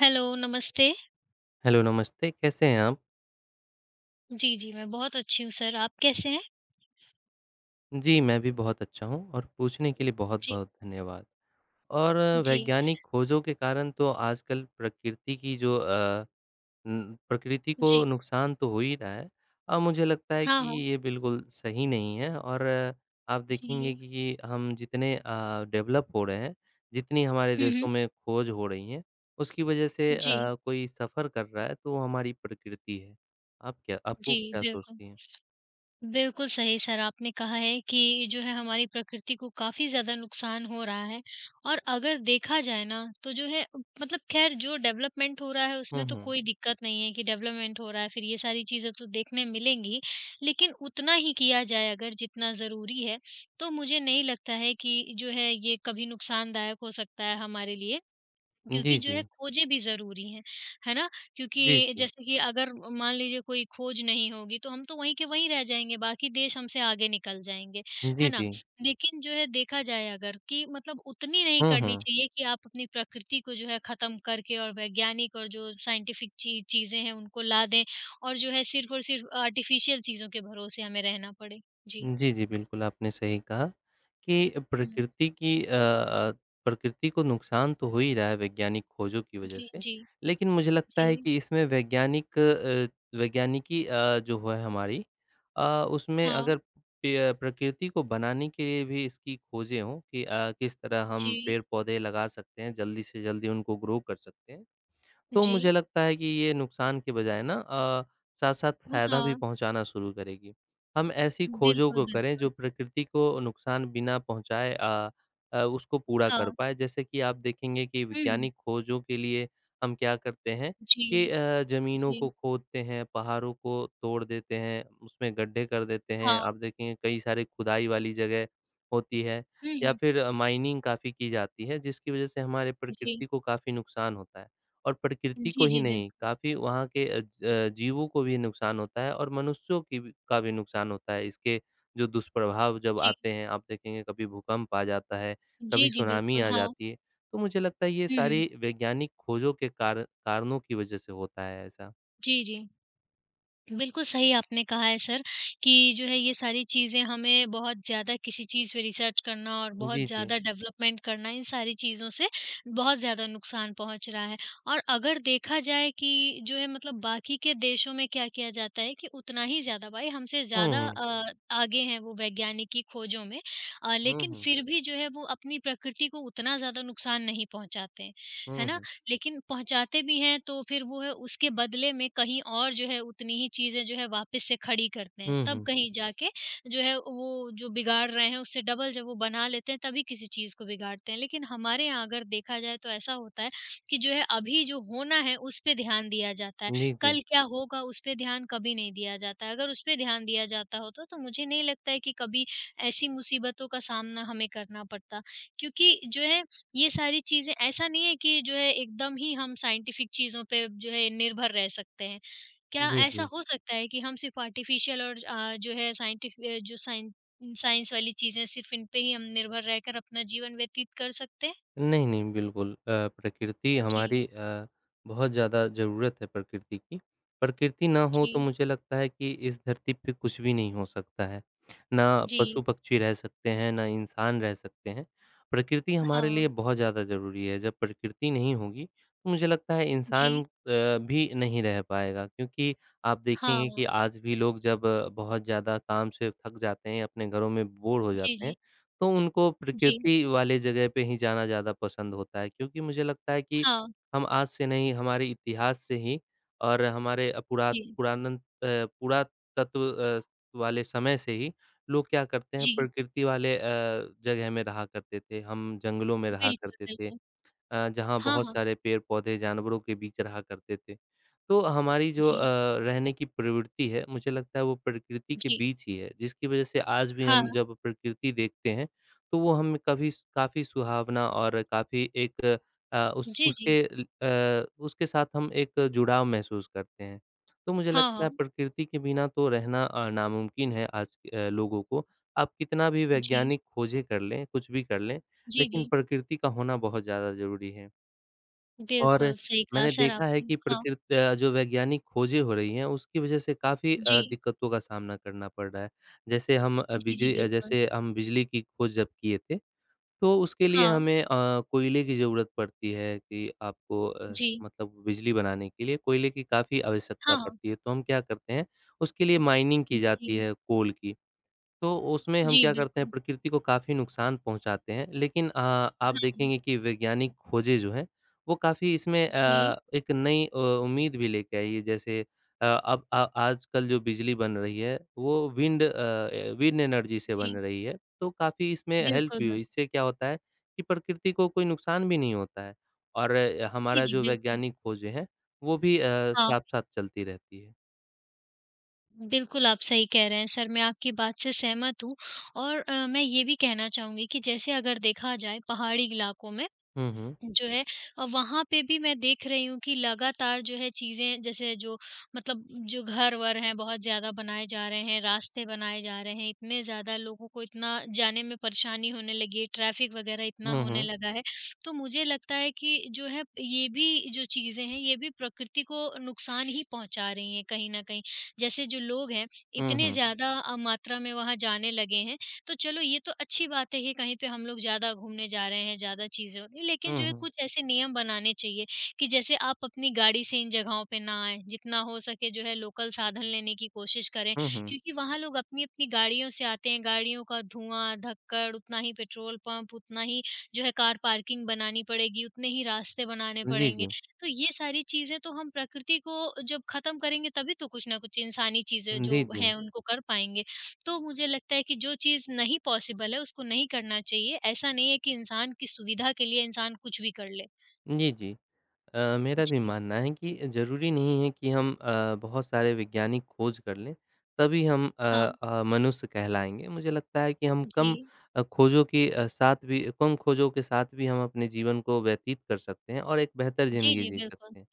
Hello, नमस्ते। Hello, नमस्ते, कैसे हैं आप? जी, जी, मैं बहुत अच्छी हूँ सर, आप कैसे हैं? जी, मैं भी बहुत अच्छा हूँ और पूछने के लिए जी, बहुत-बहुत धन्यवाद। और जी, वैज्ञानिक खोजों के कारण तो आजकल प्रकृति की जो प्रकृति को जी। नुकसान तो हो ही रहा है। और मुझे लगता है हाँ, कि हाँ। ये बिल्कुल सही नहीं है। और आप देखेंगे जी। कि हम जितने डेवलप हो रहे हैं, जितनी हमारे हुँ, देशों हुँ। में खोज हो रही हैं, उसकी वजह से जी, कोई सफ़र कर रहा है तो वो हमारी प्रकृति है। आप क्या आपको जी, क्या बिल्कुल। सोचती हैं? बिल्कुल सही सर आपने कहा है कि जो है हमारी प्रकृति को काफ़ी ज़्यादा नुकसान हो रहा है और अगर देखा जाए ना तो जो है मतलब खैर जो डेवलपमेंट हो रहा है हुँ, उसमें तो हुँ। कोई दिक्कत नहीं है कि डेवलपमेंट हो रहा है फिर ये सारी चीज़ें तो देखने मिलेंगी लेकिन उतना ही किया जाए अगर जितना ज़रूरी है तो मुझे नहीं लगता है कि जो है ये कभी नुकसानदायक हो सकता है हमारे लिए क्योंकि जी, जो जी। है खोजें भी ज़रूरी हैं, है ना? जी, क्योंकि जी। जैसे कि अगर मान लीजिए कोई खोज नहीं होगी तो हम तो वहीं के वहीं रह जाएँगे, बाकी देश हमसे आगे निकल जाएँगे, है जी, ना? जी। लेकिन जो है देखा जाए अगर कि मतलब उतनी नहीं हुँ, करनी हुँ। चाहिए कि आप अपनी प्रकृति को जो है ख़त्म करके और वैज्ञानिक और जो साइंटिफ़िक ची चीज़ें हैं उनको ला दें और जो है सिर्फ़ और सिर्फ़ आर्टिफ़िशियल चीज़ों के भरोसे हमें रहना पड़े। जी। जी, जी, बिल्कुल आपने सही कहा कि हुँ। प्रकृति की प्रकृति को नुकसान तो हो ही रहा है वैज्ञानिक खोजों की वजह जी, से, जी, लेकिन मुझे लगता जी। है कि इसमें वैज्ञानिकी जो है हमारी अ, उसमें हाँ। अगर पे प्रकृति को बनाने के लिए भी इसकी खोजें हों कि किस तरह हम जी, पेड़-पौधे लगा सकते हैं, जल्दी से जल्दी उनको ग्रो कर सकते हैं। तो जी। मुझे लगता है कि ये नुकसान के बजाय साथ-साथ फ़ायदा भी हाँ। पहुँचाना शुरू करेगी। हम ऐसी खोजों बिल्कुल, को करें बिल्कुल। जो प्रकृति को नुकसान बिना पहुँचाए उसको पूरा कर हाँ। पाएँ। जैसे कि आप देखेंगे कि हुँ, वैज्ञानिक खोजों के लिए हम क्या करते हैं जी, कि ज़मीनों जी, को खोदते हैं, पहाड़ों को तोड़ देते हैं, उसमें गड्ढे कर देते हैं। हाँ, आप देखेंगे कई सारे खुदाई वाली जगह होती है हुँ, या हुँ। फिर माइनिंग काफ़ी की जाती है जिसकी वज़ह से हमारे जी, प्रकृति को काफ़ी नुकसान होता है। और प्रकृति को जी, ही जी, नहीं, बिल्कुल, काफ़ी वहाँ के जीवों को भी नुकसान होता है और मनुष्यों की भी का भी नुकसान होता है। इसके जो दुष्प्रभाव जब जी, आते हैं, आप देखेंगे कभी भूकंप आ जाता है, जी, कभी जी, सुनामी बिल्कुल, आ हाँ, जाती है। तो मुझे लगता है ये हुँ, हुँ, सारी वैज्ञानिक खोजों के कारणों की वजह से होता है ऐसा। जी, जी। बिल्कुल सही आपने कहा है सर कि जो है ये सारी चीज़ें हमें बहुत ज़्यादा किसी चीज़ पे रिसर्च करना और बहुत जी, जी। ज़्यादा डेवलपमेंट करना इन सारी चीज़ों से बहुत ज़्यादा नुकसान पहुंच रहा है। और अगर देखा जाए कि जो है मतलब बाकी के देशों में क्या किया जाता है कि उतना ही ज़्यादा भाई हमसे हुँ, ज़्यादा हुँ। आगे हैं वो वैज्ञानिक की खोजों में हुँ, लेकिन हुँ। फिर भी जो है वो अपनी प्रकृति को उतना ज़्यादा नुकसान नहीं पहुंचाते हैं, हुँ, है ना? हुँ। लेकिन पहुँचाते भी हैं तो फिर वो है उसके बदले में कहीं और जो है उतनी ही चीज़ें जो है वापस से खड़ी करते हैं। हुँ, तब हुँ। कहीं जाके जो है वो जो बिगाड़ रहे हैं उससे डबल जब वो बना लेते हैं तभी किसी चीज़ को बिगाड़ते हैं। लेकिन हमारे यहाँ अगर देखा जाए तो ऐसा होता है कि जो है अभी जो होना है उस पे ध्यान दिया जाता है। जी, जी। कल क्या होगा उस पे ध्यान कभी नहीं दिया जाता है। अगर उस पे ध्यान दिया जाता होता तो मुझे नहीं लगता है कि कभी ऐसी मुसीबतों का सामना हमें करना पड़ता। क्योंकि जो है ये सारी चीज़ें ऐसा नहीं है कि जो है एकदम ही हम साइंटिफिक चीज़ों पे जो है निर्भर रह सकते हैं। क्या जी, ऐसा जी। हो सकता है कि हम सिर्फ़ आर्टिफ़िशियल और अ, जो है साइंटिफ अ, जो साइन साइंस वाली चीज़ें सिर्फ़ इन पे ही हम निर्भर रहकर अपना जीवन व्यतीत कर सकते हैं? नहीं, नहीं, बिल्कुल। प्रकृति जी, बहुत ज़्यादा ज़रूरत है प्रकृति की। प्रकृति ना हो तो जी, मुझे लगता है कि इस धरती पे कुछ भी नहीं हो सकता है। ना जी। पशु-पक्षी रह सकते हैं, ना इंसान रह सकते हैं। प्रकृति हमारे हाँ, लिए बहुत ज़्यादा ज़रूरी है। जब प्रकृति नहीं होगी तो मुझे लगता है इंसान जी, भी नहीं रह पाएगा, क्योंकि आप देखेंगे कि हाँ। आज भी लोग जब बहुत ज़्यादा काम से थक जाते हैं, अपने घरों में बोर हो जी, जाते हैं, जी, तो उनको जी। प्रकृति वाले जगह पे ही जाना ज़्यादा पसंद होता है, क्योंकि मुझे लगता है कि हाँ, हम आज से नहीं हमारे इतिहास से ही और हमारे जी, पुरातत्व वाले समय से ही लोग क्या करते हैं जी। प्रकृति वाले जगह में रहा करते थे, हम जंगलों में रहा बिल्कुल, करते थे। बिल्कुल। जहाँ हाँ, बहुत हाँ। सारे पेड़-पौधे जानवरों के बीच रहा करते थे। तो हमारी जो जी, रहने की प्रवृत्ति है, मुझे लगता है वो प्रकृति के जी। बीच ही है, जिसकी वजह से आज भी हाँ, हम हाँ। जब प्रकृति देखते हैं, तो वो हमें कभी स काफ़ी सुहावना और काफ़ी एक अ, उस जी, जी। उसके ल अ, उसके साथ हम एक जुड़ाव महसूस करते हैं। तो मुझे हाँ, लगता हाँ। है प्रकृति के बिना तो रहना नामुमकिन है आज के, लोगों को। आप कितना भी जी, वैज्ञानिक खोजें कर लें, कुछ भी कर लें, जी, लेकिन जी। प्रकृति का होना बहुत ज़्यादा ज़रूरी है। और बिल्कुल, सही कहा मैंने सर देखा है आपने। कि हाँ। जो वैज्ञानिक खोजें हो रही हैं, उसकी वजह से जी। दिक्कतों का सामना करना पड़ रहा है। जैसे हम अ, जी, जी, बिजली अ, बिल्कुल। जैसे हम बिजली की खोज जब किए थे, तो उसके लिए हाँ, हमें कोयले की ज़रूरत पड़ती है कि जी। मतलब बिजली बनाने के लिए कोयले की काफ़ी आवश्यकता हाँ। पड़ती है। तो हम क्या करते हैं, उसके लिए माइनिंग की जाती जी। है कोल की। तो उसमें हम जी, क्या करते हैं, बिल्कुल। प्रकृति को काफ़ी नुकसान पहुँचाते हैं। लेकिन आप हाँ। देखेंगे कि वैज्ञानिक खोजें जो हैं, वो काफ़ी इसमें जी, एक नई उम्मीद भी लेके आई है। जैसे आजकल जो बिजली बन रही है, वो wind uh, a wind energy से बन जी। रही है। तो काफ़ी इसमें हेल्प बिल्कुल, भी हुई। बिल्कुल। इससे क्या होता है कि प्रकृति को कोई नुकसान भी नहीं होता है और जी, हमारा जी, जो बिल्कुल। वैज्ञानिक खोजें हैं, वो भी हाँ, साथ-साथ चलती रहती है। बिल्कुल आप सही कह रहे हैं सर, मैं आपकी बात से सहमत हूँ और मैं ये भी कहना चाहूँगी कि जैसे अगर देखा जाए पहाड़ी इलाकों में हुँ, हुँ। जो है वहाँ पे भी मैं देख रही हूँ कि लगातार जो है चीज़ें जैसे जो मतलब जो घर-वर हैं बहुत ज़्यादा बनाए जा रहे हैं, रास्ते बनाए जा रहे हैं, इतने ज़्यादा लोगों को इतना जाने में परेशानी होने लगी है, ट्रैफ़िक वग़ैरह इतना हुँ, होने हुँ। लगा है। तो मुझे लगता है कि जो है ये भी जो चीज़ें हैं, ये भी प्रकृति को नुकसान ही पहुँचा रही हैं कहीं न कहीं। जैसे जो लोग हैं, हुँ, इतने हुँ। ज़्यादा मात्रा में वहाँ जाने लगे हैं तो चलो ये तो अच्छी बात है कि कहीं पे हम लोग ज़्यादा घूमने जा रहे हैं, ज़्यादा चीज़ें हो रही हैं, लेकिन जो हुँ, है हुँ। कुछ ऐसे नियम बनाने चाहिए कि जैसे आप अपनी गाड़ी से इन जगहों पे ना आएँ, जितना हो सके जो है लोकल साधन लेने की कोशिश करें। हुँ, हुँ। क्योंकि वहाँ लोग अपनी-अपनी गाड़ियों से आते हैं, गाड़ियों का धुआँ, धक्कड़, उतना ही पेट्रोल पंप, उतना ही जो है कार पार्किंग बनानी पड़ेगी, उतने ही रास्ते बनाने जी, पड़ेंगे। जी। तो ये सारी चीज़ें तो हम प्रकृति को जब खत्म करेंगे तभी तो कुछ ना कुछ इंसानी चीज़ें जो जी, जी। हैं उनको कर पाएँगे। तो मुझे लगता है कि जो चीज़ नहीं पॉसिबल है, उसको नहीं करना चाहिए। ऐसा नहीं है कि इंसान की सुविधा के लिए इंसान कुछ भी कर ले। जी, जी। मेरा भी जी। मानना है कि ज़रूरी नहीं है कि हम बहुत सारे वैज्ञानिक खोज कर लें, तभी हम अ हाँ, अ, मनुष्य कहलाएँगे। मुझे लगता है कि हम जी। कम अ, खोजों के अ, साथ भी कम खोजों के साथ भी हम अपने जीवन को व्यतीत कर सकते हैं और एक बेहतर जी, ज़िंदगी जी, जी बिल्कुल। सकते हैं।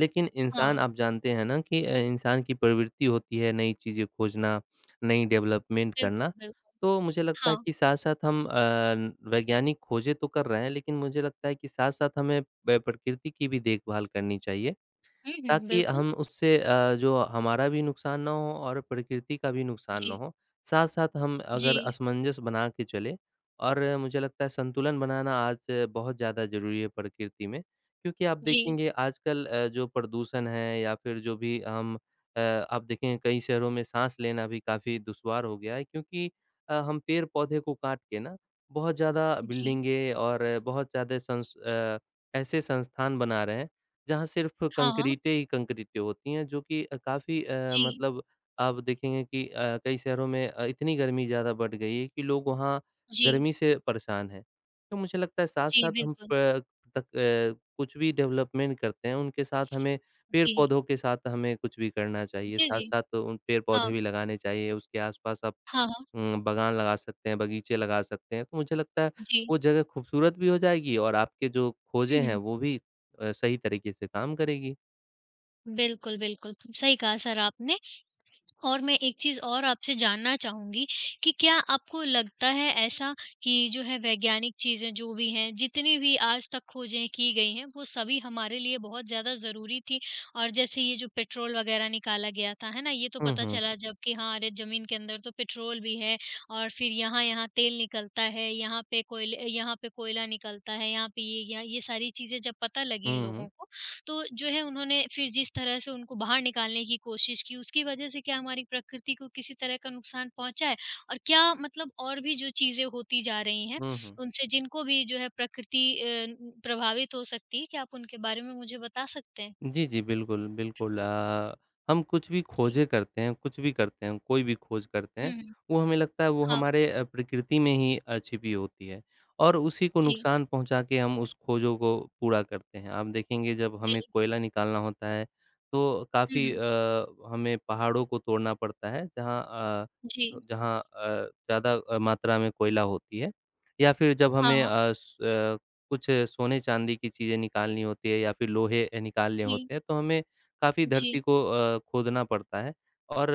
लेकिन इंसान, हाँ, आप जानते हैं ना कि इंसान की प्रवृत्ति होती है नई चीज़ें खोजना, नई डेवलपमेंट बिल्कुल, करना। बिल्कुल। तो मुझे लगता है हाँ। कि साथ-साथ हम वैज्ञानिक खोजें तो कर रहे हैं, लेकिन मुझे लगता है कि साथ-साथ हमें प प्रकृति की भी देखभाल करनी चाहिए। हुँ, हुँ, ताकि बिल्कुल। हम उससे जो हमारा भी नुकसान ना हो और प्रकृति का भी नुकसान ना जी, हो। साथ-साथ हम जी, अगर असमंजस बना के चले, और मुझे लगता है संतुलन बनाना आज बहुत ज़्यादा ज़रूरी है प्रकृति में। क्योंकि आप जी, देखेंगे आजकल जो प्रदूषण है या फिर जो भी हम आप देखेंगे कई शहरों में साँस लेना भी काफ़ी दुश्वार हो गया है, क्योंकि हम पेड़-पौधे को काट के ना बहुत ज़्यादा जी। बिल्डिंगें और बहुत ज़्यादा ऐसे संस्थान बना रहे हैं जहाँ सिर्फ़ हाँ, हाँ। कंक्रीटें ही कंक्रीटें होती हैं, जो कि जी, मतलब आप देखेंगे कि कई शहरों में इतनी गर्मी ज़्यादा बढ़ गई है कि लोग वहाँ जी, गर्मी से परेशान हैं। तो मुझे लगता है जी, साथ-साथ हम बिल्कुल। प तक अ, कुछ भी डेवलपमेंट करते हैं, उनके साथ हमें जी, पेड़-पौधों के साथ हमें कुछ भी करना चाहिए, जी, जी। साथ-साथ उन हाँ, पेड़-पौधे भी लगाने चाहिए, उसके आस-पास आप हाँ, हाँ। बगान लगा सकते हैं, बगीचे लगा सकते हैं, तो मुझे लगता है जी। वो जगह खूबसूरत भी हो जाएगी और आपके जो हुँ, खोजें हैं हुँ। वो भी सही तरीके से काम करेगी। बिल्कुल, बिल्कुल। सही कहा सर आपने। और मैं एक चीज़ और आपसे जानना चाहूँगी कि क्या आपको लगता है ऐसा कि जो है वैज्ञानिक चीज़ें जो भी हैं, जितनी भी आज तक खोजें की गई हैं, वो सभी हमारे लिए बहुत ज़्यादा ज़रूरी थी? और जैसे ये जो पेट्रोल वग़ैरह निकाला गया था, है ना? ये तो हुँ, पता हुँ। चला जब कि हाँ, अरे ज़मीन के अंदर तो पेट्रोल भी है और फिर यहाँ-यहाँ तेल निकलता है, यहाँ पे कोयला निकलता है, यहाँ पे ये या ये सारी चीज़ें जब पता लगी हुँ, लोगों हुँ। को, तो जो है उन्होंने फिर जिस तरह से उनको बाहर निकालने की कोशिश की, उसकी वजह से क्या हमारी प्रकृति को किसी तरह का नुकसान पहुँचा है? और क्या मतलब और भी जो चीज़ें होती जा रही हैं, हुँ, हुँ। उनसे जिनको भी जो है प्रकृति अ, न प्रभावित हो सकती है, क्या आप उनके बारे में मुझे बता सकते हैं? जी, जी, बिल्कुल। हम कुछ भी जी। खोजें करते हैं, कुछ भी करते हैं, कोई भी खोज करते हैं, हुँ, हुँ। वो हमें लगता है वो हाँ। हमारे प्रकृति में ही छिपी होती है और उसी को जी, नुकसान पहुँचा के हम उस खोजों को पूरा करते हैं। आप देखेंगे जब जी। हमें कोयला निकालना होता है, तो हुँ, हुँ। हमें पहाड़ों को तोड़ना पड़ता है, जहाँ जी। मात्रा में कोयला होती है, या फिर जब हाँ, हमें अ, हाँ। स अ, कुछ सोने-चाँदी की चीज़ें निकालनी होती है या फिर लोहे निकालने जी, होते हैं, तो हमें काफ़ी जी। धरती को खोदना पड़ता है और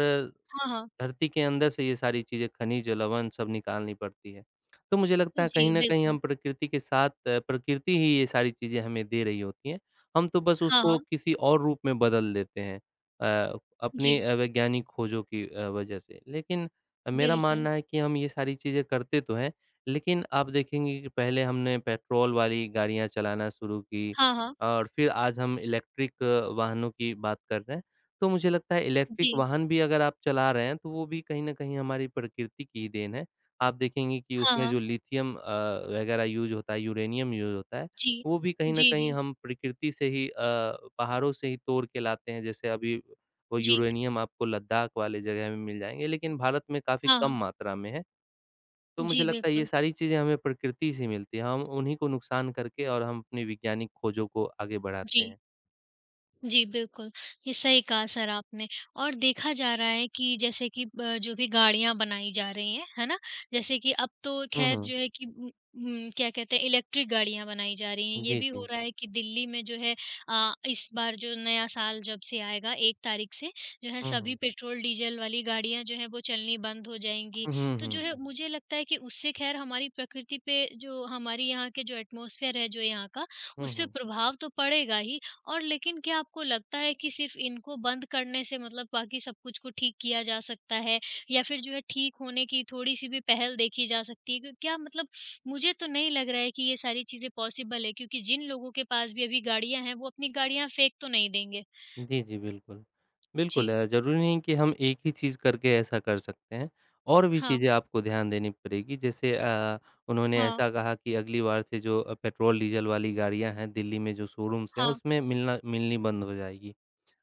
हाँ, हाँ। धरती के अंदर से ये सारी चीज़ें खनिज, लवण सब निकालनी पड़ती है। तो मुझे लगता है कहीं जी, न कहीं बिल्कुल। हम प्रकृति के साथ अ, प्रकृति ही ये सारी चीज़ें हमें दे रही होती हैं। हम तो बस हाँ, उसको हाँ। किसी और रूप में बदल देते हैं अ, अपनी जी, अ, वैज्ञानिक खोजों की वजह से। लेकिन मेरा बिल्कुल। मानना है कि हम ये सारी चीज़ें करते तो हैं, लेकिन आप देखेंगे कि पहले हमने पेट्रोल वाली गाड़ियाँ चलाना शुरू की हाँ, हाँ। और फिर आज हम इलेक्ट्रिक वाहनों की बात कर रहे हैं। तो मुझे लगता है इलेक्ट्रिक जी। वाहन भी अगर आप चला रहे हैं, तो वो भी कहीं न कहीं हमारी प्रकृति की ही देन है। आप देखेंगे कि हाँ, उसमें जो हाँ। लिथियम वगैरह यूज़ होता है, यूरेनियम यूज़ होता है, जी। वो भी कहीं न जी, जी। कहीं हम प्रकृति से ही पहाड़ों से ही तोड़ के लाते हैं। जैसे अभी वो जी। यूरेनियम आपको लद्दाख वाले जगह में मिल जाएँगे, लेकिन भारत में काफ़ी हाँ, कम हाँ। मात्रा में है। तो मुझे जी, लगता है ये बिल्कुल। सारी चीज़ें हमें प्रकृति से मिलती हैं, हम उन्हीं को नुकसान करके और हम अपनी वैज्ञानिक खोजों को आगे बढ़ाते जी। हैं। जी, बिल्कुल। ये सही कहा सर आपने और देखा जा रहा है कि जैसे कि ब जो भी गाड़ियाँ बनाई जा रही हैं, है ना? जैसे कि अब तो हुँ, ख़ैर हुँ। जो है कि क्या कहते हैं इलेक्ट्रिक गाड़ियाँ बनाई जा रही हैं। ये जी, भी जी। हो रहा है कि दिल्ली में जो है इस बार जो नया साल जब से आएगा 1 तारीख से जो है हुँ, सभी हुँ। पेट्रोल, डीज़ल वाली गाड़ियाँ जो हैं वो चलनी बंद हो जाएँगी। हुँ, तो जो हुँ। है मुझे लगता है कि उससे ख़ैर हमारी प्रकृति पे जो हमारी यहाँ के जो एटमॉस्फ़ेयर है जो यहाँ का, हुँ, उस पे हुँ। प्रभाव तो पड़ेगा ही और लेकिन क्या आपको लगता है कि सिर्फ़ इनको बंद करने से मतलब बाकी सब कुछ को ठीक किया जा सकता है? या फिर जो है ठीक होने की थोड़ी-सी भी पहल देखी जा सकती है? क्यों क्या मतलब मुझे तो नहीं लग रहा है कि ये सारी चीज़ें पॉसिबल है क्योंकि जिन लोगों के पास भी अभी गाड़ियाँ हैं, वो अपनी गाड़ियाँ फेंक तो नहीं देंगे। जी, जी, बिल्कुल। बिल्कुल जी। अ, ज़रूरी नहीं कि हम एक ही चीज़ करके ऐसा कर सकते हैं, और भी हाँ, चीज़ें आपको ध्यान देनी पड़ेगी। जैसे उन्होंने हाँ, ऐसा कहा कि अगली बार से जो पेट्रोल, डीज़ल वाली गाड़ियाँ हैं दिल्ली में, जो शोरूम्स हैं हाँ। उसमें मिलना मिलनी बंद हो जाएगी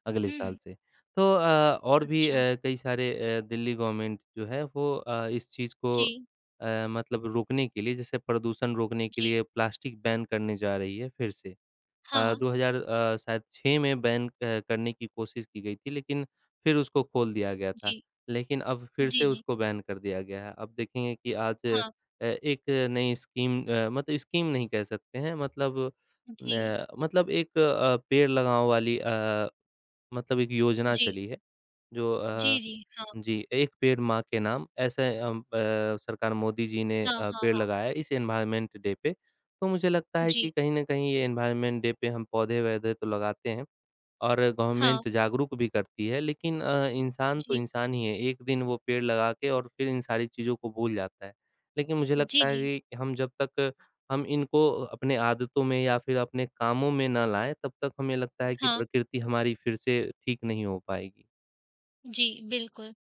अगले हुँ, साल हुँ। से। तो अ, और भी अच्छा। अ, कई सारे अ, दिल्ली गवर्नमेंट जो है वो इस चीज़ को जी, मतलब रोकने के लिए, जैसे प्रदूषण रोकने के जी। लिए प्लास्टिक बैन करने जा रही है फिर से। हाँ, हाँ। 2000 शायद 6 में बैन करने की कोशिश की गई थी, लेकिन फिर उसको खोल दिया गया था। जी। लेकिन अब फिर से जी, जी। उसको बैन कर दिया गया है। अब देखेंगे कि आज हाँ। एक नई स्कीम मतलब स्कीम नहीं कह सकते हैं, मतलब जी, एक पेड़ लगाओ वाली मतलब एक योजना जी। चली है, जो अ जी, जी। हाँ। जी, एक पेड़ माँ के नाम ऐसे सरकार मोदी जी ने हाँ, हाँ, पेड़ हाँ। लगाया है इस एनवायरनमेंट डे पे। तो मुझे लगता है कि जी। कहीं न कहीं ये एनवायरनमेंट डे पे हम पौधे-वौधे तो लगाते हैं और हाँ। गवर्नमेंट जागरूक भी करती है, लेकिन इंसान तो जी। इंसान ही है, एक दिन वो पेड़ लगा के और फिर इन सारी चीज़ों को भूल जाता है। लेकिन मुझे जी, लगता है जी। कि हम जब तक हम इनको अपने आदतों में या फिर अपने कामों में ना लाएँ, तब तक हमें लगता है कि हाँ। प्रकृति हमारी फिर से ठीक नहीं हो पाएगी। जी, बिल्कुल।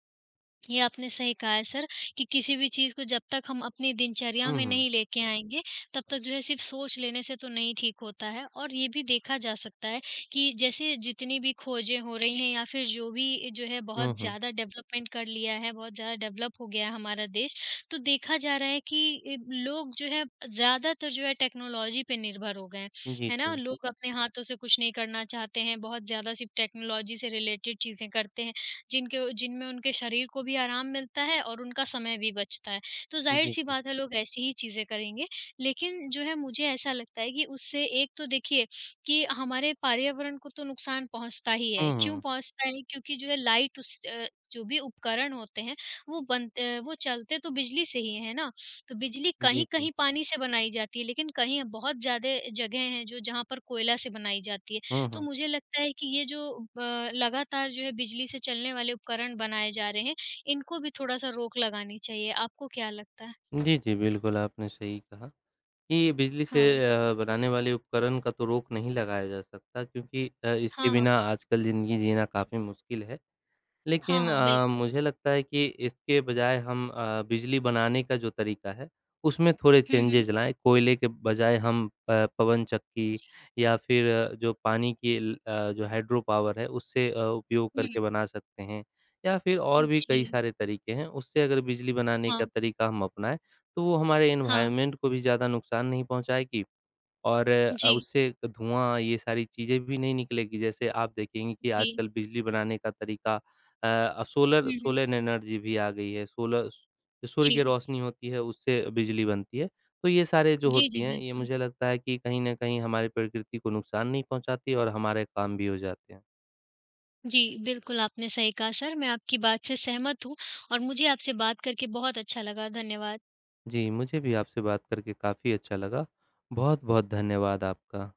ये आपने सही कहा है सर कि किसी भी चीज़ को जब तक हम अपनी दिनचर्या हुँ, में हुँ। नहीं लेके आएँगे, तब तक जो है सिर्फ़ सोच लेने से तो नहीं ठीक होता है। और ये भी देखा जा सकता है कि जैसे जितनी भी खोजें हो रही हैं या फिर जो भी जो है बहुत हुँ, हुँ। ज़्यादा डेवलपमेंट कर लिया है, बहुत ज़्यादा डेवलप हो गया है हमारा देश, तो देखा जा रहा है कि ए, लोग जो है ज़्यादातर जो है टेक्नोलॉजी पे निर्भर हो गए हैं। जी, है ना? जी। लोग अपने हाथों से कुछ नहीं करना चाहते हैं, बहुत ज़्यादा सिर्फ़ टेक्नोलॉजी से रिलेटेड चीज़ें करते हैं। जिनके जिनमें उनके शरीर को भी आराम मिलता है और उनका समय भी बचता है। तो जी, ज़ाहिर-सी जी। बात है लोग ऐसी ही चीज़ें करेंगे। लेकिन जो है मुझे ऐसा लगता है कि उससे एक तो देखिए कि हमारे पर्यावरण को तो नुकसान पहुँचता ही है। हुँ, क्यों हुँ। पहुँचता है? क्योंकि जो है जो भी उपकरण होते हैं वो चलते तो बिजली से ही है ना? तो बिजली जी, जी। कहीं-कहीं पानी से बनाई जाती है लेकिन कहीं बहुत ज़्यादा जगह हैं जो जहाँ पर कोयला से बनाई जाती है। हुँ, तो हुँ। मुझे लगता है कि ये जो ब लगातार जो है बिजली से चलने वाले उपकरण बनाए जा रहे हैं, इनको भी थोड़ा-सा रोक लगानी चाहिए। आपको क्या लगता है? जी, जी, बिल्कुल आपने सही कहा कि बिजली से हाँ। अ, बनाने वाले उपकरण का तो रोक नहीं लगाया जा सकता, क्योंकि इसके हाँ, हाँ। बिना आजकल ज़िंदगी जीना काफ़ी मुश्किल है। हाँ, लेकिन हाँ, बिल्कुल। मुझे लगता है कि इसके बजाय हम बिजली बनाने का जो तरीका है, उसमें थोड़े हुँ, हुँ। चेंजेज़ लाएँ। कोयले के बजाय हम प पवन चक्की जी। या फिर अ, जो पानी की ल अ, जो हाइड्रो पावर है, उससे उपयोग करके हुँ। बना सकते हैं या फिर और भी जी। कई सारे तरीके हैं। उससे अगर बिजली बनाने हाँ, का तरीका हम अपनाएँ, तो वो हमारे हाँ। एनवायरनमेंट को भी ज़्यादा नुकसान नहीं पहुँचाएगी और जी, उससे धुआँ ये सारी चीज़ें भी नहीं निकलेगी। जैसे आप देखेंगे कि जी। आजकल बिजली बनाने का तरीका अ अ, सोलर हुँ, हुँ। सोलर एनर्जी भी आ गई है। सोलर सूर्य जी। की रोशनी होती है, उससे बिजली बनती है। तो ये सारे जो जी, होती जी, हैं, ये बिल्कुल। मुझे लगता है कि कहीं न कहीं हमारी प्रकृति को नुकसान नहीं पहुँचाती और हमारे काम भी हो जाते हैं। जी, बिल्कुल आपने सही कहा सर, मैं आपकी बात से सहमत हूँ और मुझे आपसे बात करके बहुत अच्छा लगा। धन्यवाद। जी, मुझे भी आपसे बात करके काफ़ी अच्छा लगा। बहुत-बहुत धन्यवाद आपका।